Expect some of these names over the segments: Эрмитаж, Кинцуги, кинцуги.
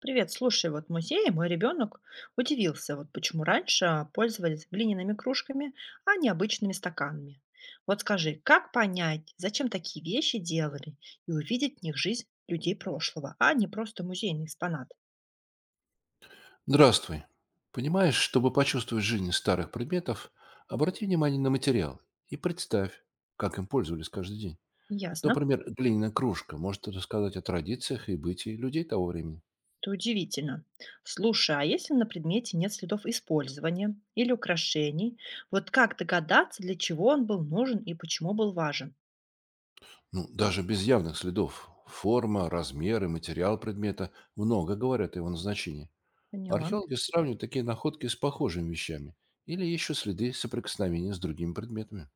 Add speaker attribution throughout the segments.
Speaker 1: Привет, слушай, вот в музее мой ребенок удивился, вот почему раньше пользовались глиняными кружками, а не обычными стаканами. Вот скажи, как понять, зачем такие вещи делали, и увидеть в них жизнь людей прошлого, а не просто музейный экспонат?
Speaker 2: Здравствуй. Понимаешь, чтобы почувствовать жизнь старых предметов, обрати внимание на материал и представь, как им пользовались каждый день. Вот,
Speaker 1: Ясно.
Speaker 2: например, глиняная кружка может рассказать о традициях и бытии людей того времени.
Speaker 1: Это удивительно. Слушай, а если на предмете нет следов использования или украшений, вот как догадаться, для чего он был нужен и почему был важен?
Speaker 2: Ну, даже без явных следов. Форма, размер и материал предмета много говорят о его назначении.
Speaker 1: Поняла.
Speaker 2: Археологи сравнивают такие находки с похожими вещами или ищут следы соприкосновения с другими предметами.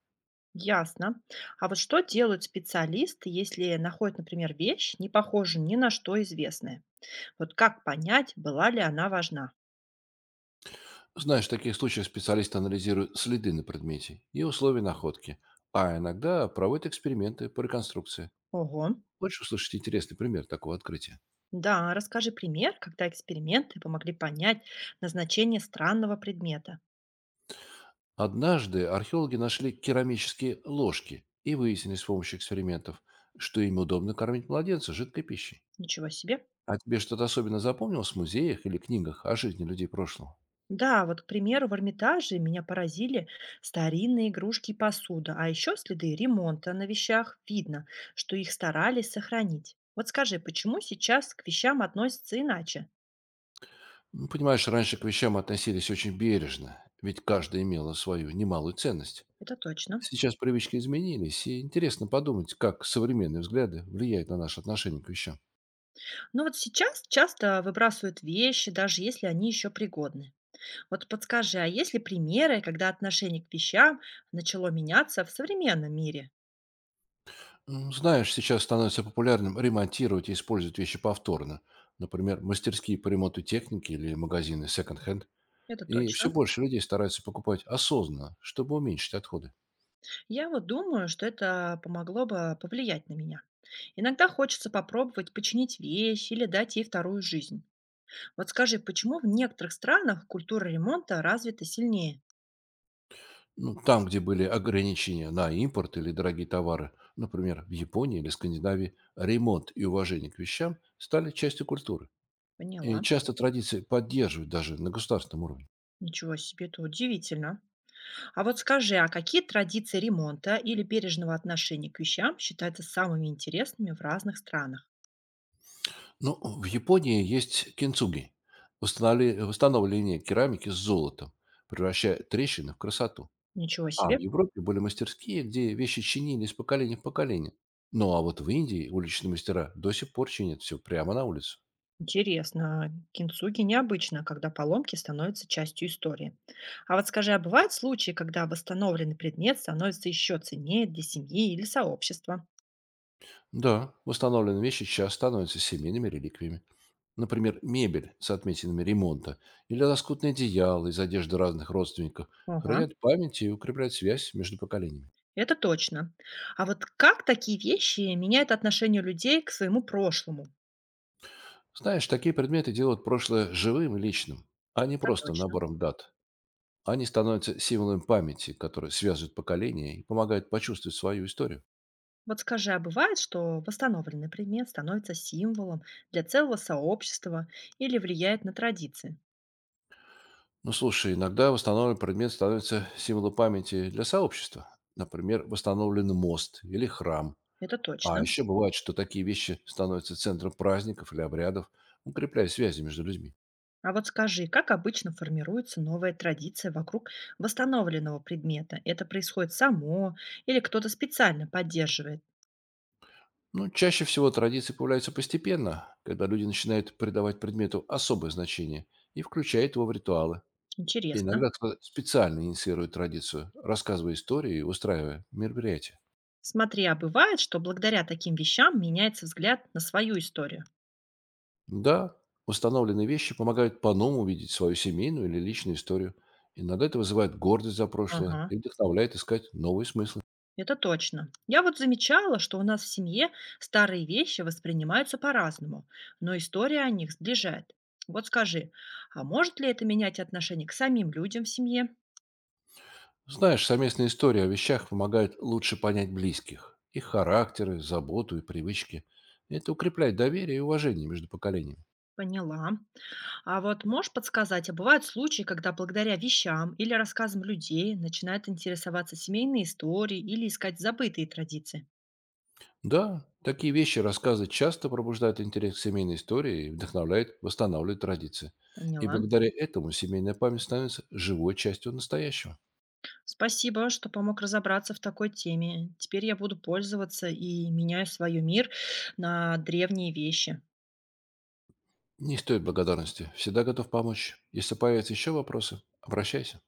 Speaker 1: Ясно. А вот что делают специалисты, если находят, например, вещь, не похожую ни на что известное? Вот как понять, была ли она важна?
Speaker 2: Знаешь, в таких случаях специалисты анализируют следы на предмете и условия находки, а иногда проводят эксперименты по реконструкции.
Speaker 1: Ого.
Speaker 2: Хочешь услышать интересный пример такого открытия?
Speaker 1: Да, расскажи пример, когда эксперименты помогли понять назначение странного предмета.
Speaker 2: Однажды археологи нашли керамические ложки и выяснили с помощью экспериментов, что ими удобно кормить младенца жидкой пищей.
Speaker 1: Ничего себе.
Speaker 2: А тебе что-то особенно запомнилось в музеях или книгах о жизни людей прошлого?
Speaker 1: Да, вот, к примеру, в Эрмитаже меня поразили старинные игрушки и посуда, а еще следы ремонта на вещах. Видно, что их старались сохранить. Вот скажи, почему сейчас к вещам относятся иначе?
Speaker 2: Ну, понимаешь, раньше к вещам относились очень бережно, ведь каждая имела свою немалую ценность.
Speaker 1: Это точно.
Speaker 2: Сейчас привычки изменились, и интересно подумать, как современные взгляды влияют на наше отношение к вещам.
Speaker 1: Ну вот сейчас часто выбрасывают вещи, даже если они еще пригодны. Вот подскажи, а есть ли примеры, когда отношение к вещам начало меняться в современном мире?
Speaker 2: Знаешь, сейчас становится популярным ремонтировать и использовать вещи повторно. Например, мастерские по ремонту техники или магазины секонд-хенд.
Speaker 1: Это
Speaker 2: И все
Speaker 1: точно.
Speaker 2: больше людей стараются покупать осознанно, чтобы уменьшить отходы.
Speaker 1: Я вот думаю, что это помогло бы повлиять на меня. Иногда хочется попробовать починить вещь или дать ей вторую жизнь. Вот скажи, почему в некоторых странах культура ремонта развита сильнее?
Speaker 2: Ну, там, где были ограничения на импорт или дорогие товары, например, в Японии или Скандинавии, ремонт и уважение к вещам стали частью культуры. И
Speaker 1: Поняла.
Speaker 2: часто традиции поддерживают даже на государственном уровне.
Speaker 1: Ничего себе, это удивительно. А вот скажи, а какие традиции ремонта или бережного отношения к вещам считаются самыми интересными в разных странах?
Speaker 2: Ну, в Японии есть кинцуги – восстановление керамики с золотом, превращая трещины в красоту.
Speaker 1: Ничего
Speaker 2: А в
Speaker 1: себе.
Speaker 2: Европе были мастерские, где вещи чинили из поколения в поколение. Ну, а вот в Индии уличные мастера до сих пор чинят все прямо на улице.
Speaker 1: Интересно. Кинцуги необычно, когда поломки становятся частью истории. А вот скажи, а бывают случаи, когда восстановленный предмет становится еще ценнее для семьи или сообщества?
Speaker 2: Да, восстановленные вещи сейчас становятся семейными реликвиями. Например, мебель с отметинами ремонта или лоскутные одеяла из одежды разных родственников
Speaker 1: Ага,
Speaker 2: хранят память и укрепляют связь между поколениями.
Speaker 1: это точно. А вот как такие вещи меняют отношение людей к своему прошлому?
Speaker 2: Знаешь, такие предметы делают прошлое живым и личным, а не
Speaker 1: Это
Speaker 2: просто
Speaker 1: точно.
Speaker 2: набором дат. Они становятся символом памяти, который связывает поколения и помогает почувствовать свою историю.
Speaker 1: Вот скажи, а бывает, что восстановленный предмет становится символом для целого сообщества или влияет на традиции?
Speaker 2: Ну, слушай, иногда восстановленный предмет становится символом памяти для сообщества. Например, восстановлен мост или храм.
Speaker 1: Это
Speaker 2: А
Speaker 1: точно.
Speaker 2: еще бывает, что такие вещи становятся центром праздников или обрядов, укрепляя связи между людьми.
Speaker 1: А вот скажи, как обычно формируется новая традиция вокруг восстановленного предмета? Это происходит само или кто-то специально поддерживает?
Speaker 2: Ну, чаще всего традиции появляются постепенно, когда люди начинают придавать предмету особое значение и включают его в ритуалы.
Speaker 1: Интересно.
Speaker 2: Иногда кто-то специально инициирует традицию, рассказывая истории и устраивая мероприятия.
Speaker 1: Смотри, а бывает, что благодаря таким вещам меняется взгляд на свою историю?
Speaker 2: Да, установленные вещи помогают по-новому увидеть свою семейную или личную историю. Иногда это вызывает гордость за прошлое
Speaker 1: Ага.
Speaker 2: и вдохновляет искать новые смыслы.
Speaker 1: Это точно. Я вот замечала, что у нас в семье старые вещи воспринимаются по-разному, но история о них сближает. Вот скажи, а может ли это менять отношение к самим людям в семье?
Speaker 2: Знаешь, совместные истории о вещах помогают лучше понять близких, их характеры, заботу и привычки. Это укрепляет доверие и уважение между поколениями.
Speaker 1: Поняла. А вот можешь подсказать, а бывают случаи, когда благодаря вещам или рассказам людей начинают интересоваться семейные истории или искать забытые традиции?
Speaker 2: Да, такие вещи, рассказы часто пробуждают интерес к семейной истории и вдохновляют восстанавливать традиции. И
Speaker 1: Поняла.
Speaker 2: благодаря этому семейная память становится живой частью настоящего.
Speaker 1: Спасибо, что помог разобраться в такой теме. Теперь я буду пользоваться и меняю свой мир на древние вещи.
Speaker 2: Не стоит благодарности. Всегда готов помочь. Если появятся еще вопросы, обращайся.